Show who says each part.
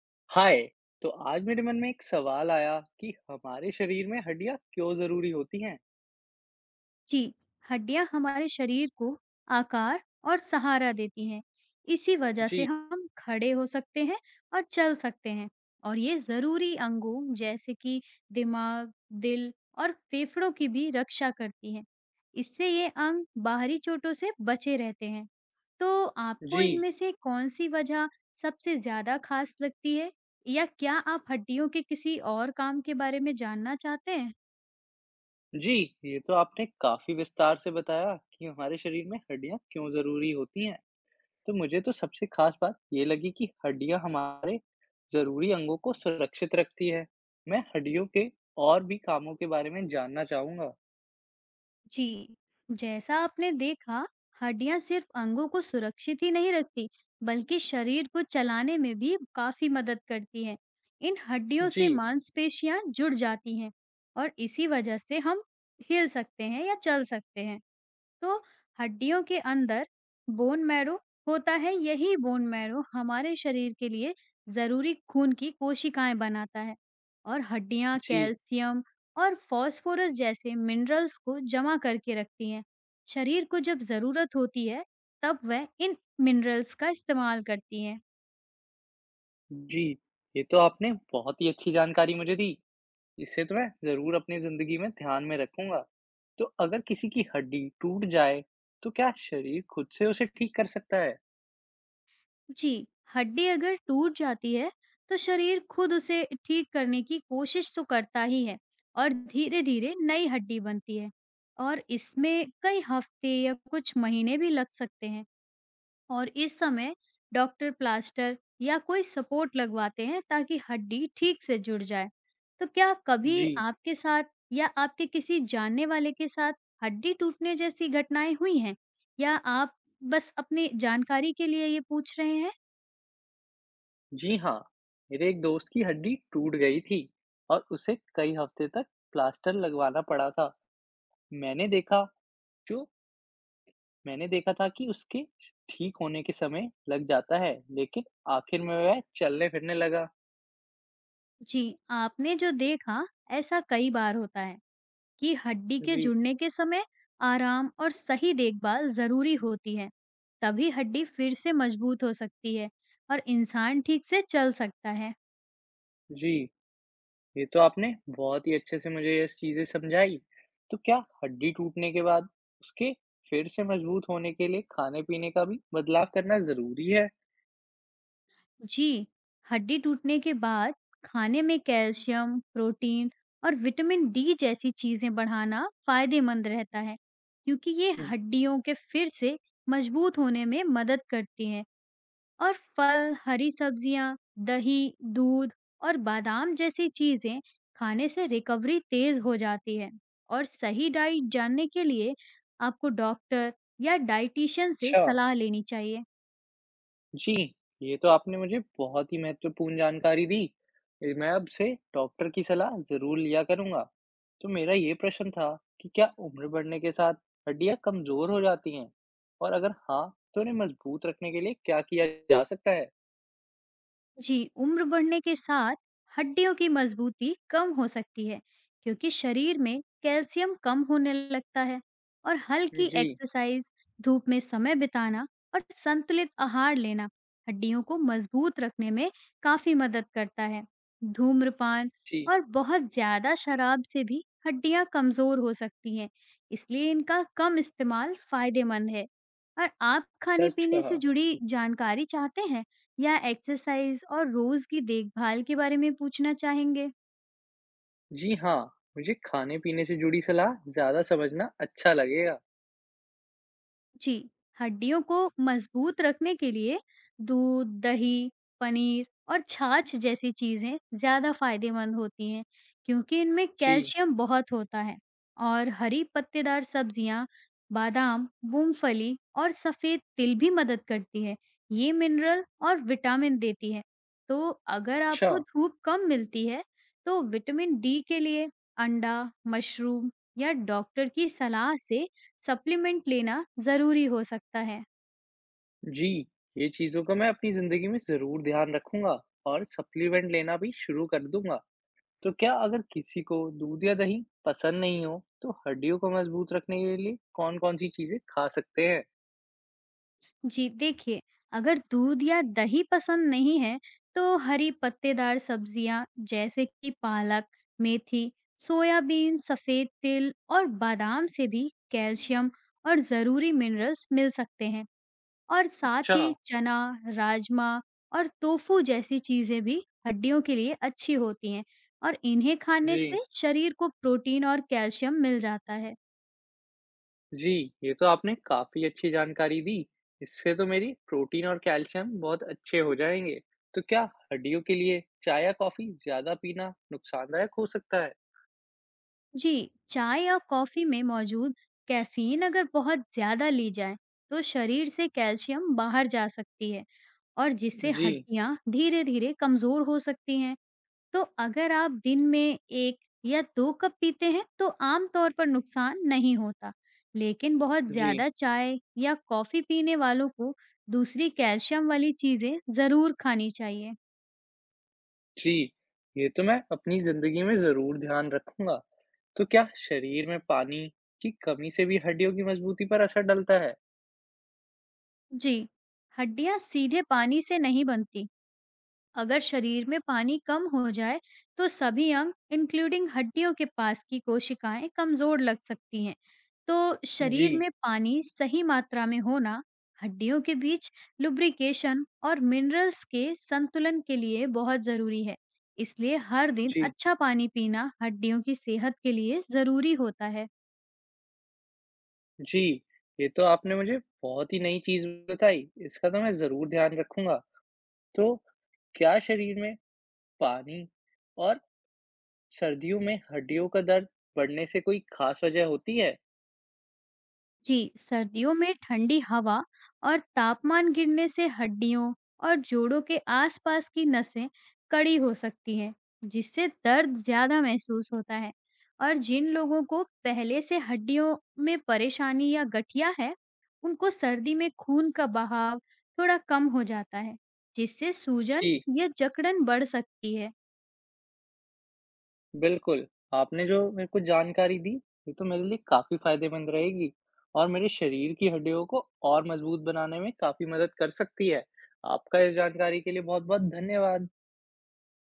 Speaker 1: हाय। तो आज मेरे मन में एक सवाल आया कि हमारे शरीर में हड्डियां क्यों जरूरी होती हैं।
Speaker 2: जी, हड्डियाँ हमारे शरीर को आकार और सहारा देती हैं। इसी वजह से
Speaker 1: जी।
Speaker 2: हम खड़े हो सकते हैं और चल सकते हैं और ये ज़रूरी अंगों जैसे कि दिमाग, दिल और फेफड़ों की भी रक्षा करती हैं। इससे ये अंग बाहरी चोटों से बचे रहते हैं। तो आपको
Speaker 1: जी।
Speaker 2: इनमें से कौन-सी वजह सबसे ज़्यादा खास लगती है या क्या आप हड्डियों के किसी और काम के बारे में जानना चाहते हैं?
Speaker 1: जी, ये तो आपने काफी विस्तार से बताया कि हमारे शरीर में हड्डियां क्यों जरूरी होती हैं। तो मुझे तो सबसे खास बात ये लगी कि हड्डियां हमारे जरूरी अंगों को सुरक्षित रखती है। मैं हड्डियों के और भी कामों के बारे में जानना चाहूंगा।
Speaker 2: जी, जैसा आपने देखा, हड्डियां सिर्फ अंगों को सुरक्षित ही नहीं रखती, बल्कि शरीर को चलाने में भी काफी मदद करती हैं। इन हड्डियों
Speaker 1: जी।
Speaker 2: से मांसपेशियां जुड़ जाती हैं और इसी वजह से हम हिल सकते हैं या चल सकते हैं। तो हड्डियों के अंदर बोन मैरो होता है, यही बोन मैरो हमारे शरीर के लिए ज़रूरी खून की कोशिकाएँ बनाता है और हड्डियाँ
Speaker 1: जी।
Speaker 2: कैल्शियम और फॉस्फोरस जैसे मिनरल्स को जमा करके रखती हैं। शरीर को जब ज़रूरत होती है, तब वह इन मिनरल्स का इस्तेमाल करती हैं।
Speaker 1: जी, ये तो आपने बहुत ही अच्छी जानकारी मुझे दी। इसे तो मैं ज़रूर अपनी ज़िंदगी में ध्यान में रखूँगा। तो अगर किसी की हड्डी टूट जाए, तो क्या शरीर खुद से उसे ठीक कर सकता है?
Speaker 2: जी, हड्डी अगर टूट जाती है, तो शरीर खुद उसे ठीक करने की कोशिश तो करता ही है और धीरे-धीरे नई हड्डी बनती है और इसमें कई हफ्ते या कुछ महीने भी लग सकते हैं। और इस समय डॉक्टर प्लास्टर या कोई सपोर्ट लगवाते हैं ताकि हड्डी ठीक से जुड़ जाए। तो क्या कभी
Speaker 1: जी।
Speaker 2: आपके साथ या आपके किसी जानने वाले के साथ हड्डी टूटने जैसी घटनाएँ हुई हैं? या आप बस अपनी जानकारी के लिए ये पूछ रहे हैं?
Speaker 1: जी हाँ। मेरे एक दोस्त की हड्डी टूट गई थी और उसे कई हफ्ते तक प्लास्टर लगवाना पड़ा था। मैंने देखा जो मैंने देखा था कि उसके ठीक होने के समय लग जाता है, लेकिन आखिर में वह चलने-फिरने लगा।
Speaker 2: जी, आपने जो देखा, ऐसा कई बार होता है कि हड्डी के
Speaker 1: जी।
Speaker 2: जुड़ने के समय आराम और सही देखभाल जरूरी होती है। तभी हड्डी फिर से मजबूत हो सकती है और इंसान ठीक से चल सकता है।
Speaker 1: जी। ये तो आपने बहुत ही अच्छे से मुझे ये चीज़ें समझाई। तो क्या हड्डी टूटने के बाद उसके फिर से मजबूत होने के लिए खाने-पीने का भी बदलाव करना ज़रूरी है?
Speaker 2: जी, हड्डी टूटने के बाद खाने में कैल्शियम, प्रोटीन और विटामिन डी जैसी चीजें बढ़ाना फायदेमंद रहता है, क्योंकि ये हड्डियों के फिर से मजबूत होने में मदद करती हैं। और फल, हरी सब्जियाँ, दही, दूध और बादाम जैसी चीज़ें खाने से रिकवरी तेज हो जाती है। और सही डाइट जानने के लिए आपको डॉक्टर या डाइटिशियन से
Speaker 1: अच्छा,
Speaker 2: सलाह लेनी चाहिए।
Speaker 1: जी, ये तो आपने मुझे बहुत ही महत्वपूर्ण जानकारी दी। ये मैं अब से डॉक्टर की सलाह ज़रूर लिया करूँगा। तो मेरा ये प्रश्न था कि क्या उम्र बढ़ने के साथ हड्डियाँ कमज़ोर हो जाती हैं? और अगर हाँ, तो उन्हें मजबूत रखने के लिए क्या किया जा सकता है?
Speaker 2: जी, उम्र बढ़ने के साथ हड्डियों की मजबूती कम हो सकती है, क्योंकि शरीर में कैल्शियम कम होने लगता है और हल्की
Speaker 1: जी।
Speaker 2: एक्सरसाइज, धूप में समय बिताना और संतुलित आहार लेना हड्डियों को मजबूत रखने में काफी मदद करता है। धूम्रपान
Speaker 1: जी।
Speaker 2: और बहुत ज्यादा शराब से भी हड्डियां कमजोर हो सकती हैं, इसलिए इनका कम इस्तेमाल फायदेमंद है। और आप
Speaker 1: सच
Speaker 2: खाने-पीने से
Speaker 1: कहा।
Speaker 2: जुड़ी जानकारी चाहते हैं? या एक्सरसाइज़ और रोज़ की देखभाल के बारे में पूछना चाहेंगे?
Speaker 1: जी हाँ, मुझे खाने-पीने से जुड़ी सलाह ज़्यादा समझना अच्छा लगेगा।
Speaker 2: जी, हड्डियों को मजबूत रखने के लिए दूध, दही, पनीर और छाछ जैसी चीजें ज्यादा फायदेमंद होती हैं, क्योंकि इनमें
Speaker 1: जी।
Speaker 2: कैल्शियम बहुत होता है। और हरी पत्तेदार सब्जियां, बादाम, मूंगफली और सफेद तिल भी मदद करती है। ये मिनरल और विटामिन देती है। तो अगर
Speaker 1: अच्छा।
Speaker 2: आपको धूप कम मिलती है, तो विटामिन डी के लिए अंडा, मशरूम या डॉक्टर की सलाह से सप्लीमेंट लेना ज़रूरी हो सकता है।
Speaker 1: जी, ये चीज़ों का मैं अपनी ज़िंदगी में ज़रूर ध्यान रखूँगा और सप्लीमेंट लेना भी शुरू कर दूँगा। तो क्या अगर किसी को दूध या दही पसंद नहीं हो, तो हड्डियों को मज़बूत रखने के लिए कौन-कौन सी चीज़ें खा सकते हैं?
Speaker 2: जी, देखिए, अगर दूध या दही पसंद नहीं है, तो हरी पत्तेदार सब्जियाँ जैसे कि पालक, मेथी, सोयाबीन, सफ़ेद तिल और बादाम से भी कैल्शियम और ज़रूरी मिनरल्स मिल सकते हैं। और साथ
Speaker 1: अच्छा।
Speaker 2: ही चना, राजमा और टोफू जैसी चीज़ें भी हड्डियों के लिए अच्छी होती हैं और इन्हें खाने
Speaker 1: जी।
Speaker 2: से शरीर को प्रोटीन और कैल्शियम मिल जाता है।
Speaker 1: जी, ये तो आपने काफ़ी अच्छी जानकारी दी। इससे तो मेरी प्रोटीन और कैल्शियम बहुत अच्छे हो जाएँगे। तो क्या हड्डियों के लिए चाय या कॉफ़ी ज़्यादा पीना नुकसानदायक हो सकता है?
Speaker 2: जी, चाय या कॉफ़ी में मौजूद कैफ़ीन अगर बहुत ज़्यादा ली जाए, तो शरीर से कैल्शियम बाहर जा सकती है और जिससे
Speaker 1: जी।
Speaker 2: हड्डियाँ धीरे-धीरे कमज़ोर हो सकती हैं। तो अगर आप दिन में 1 या 2 कप पीते हैं, तो आम तौर पर नुकसान नहीं होता। लेकिन बहुत
Speaker 1: जी।
Speaker 2: ज़्यादा चाय या कॉफ़ी पीने वालों को दूसरी कैल्शियम वाली चीज़ें ज़रूर खानी चाहिए।
Speaker 1: जी। ये तो मैं अपनी ज़िंदगी में ज़रूर ध्यान रखूँगा। तो क्या शरीर में पानी की कमी से भी हड्डियों की मज़बूती पर असर डलता है?
Speaker 2: जी, हड्डियाँ सीधे पानी से नहीं बनती। अगर शरीर में पानी कम हो जाए, तो सभी अंग इंक्लूडिंग हड्डियों के पास की कोशिकाएं कमजोर लग सकती हैं। तो
Speaker 1: जी।
Speaker 2: शरीर में पानी सही मात्रा में होना हड्डियों के बीच लुब्रिकेशन और मिनरल्स के संतुलन के लिए बहुत जरूरी है। इसलिए हर दिन
Speaker 1: जी।
Speaker 2: अच्छा पानी पीना हड्डियों की सेहत के लिए जरूरी होता है।
Speaker 1: जी। ये तो आपने मुझे बहुत ही नई चीज़ बताई। इसका तो मैं ज़रूर ध्यान रखूँगा। तो क्या शरीर में पानी और सर्दियों में हड्डियों का दर्द बढ़ने से कोई खास वजह होती है?
Speaker 2: जी, सर्दियों में ठंडी हवा और तापमान गिरने से हड्डियों और जोड़ों के आसपास की नसें कड़ी हो सकती हैं, जिससे दर्द ज्यादा महसूस होता है। और जिन लोगों को पहले से हड्डियों में परेशानी या गठिया है, उनको सर्दी में खून का बहाव थोड़ा कम हो जाता है, जिससे सूजन
Speaker 1: जी
Speaker 2: या जकड़न बढ़ सकती है।
Speaker 1: बिल्कुल, आपने जो मेरे को जानकारी दी, ये तो मेरे लिए काफ़ी फायदेमंद रहेगी और मेरे शरीर की हड्डियों को और मजबूत बनाने में काफ़ी मदद कर सकती है। आपका इस जानकारी के लिए बहुत-बहुत धन्यवाद।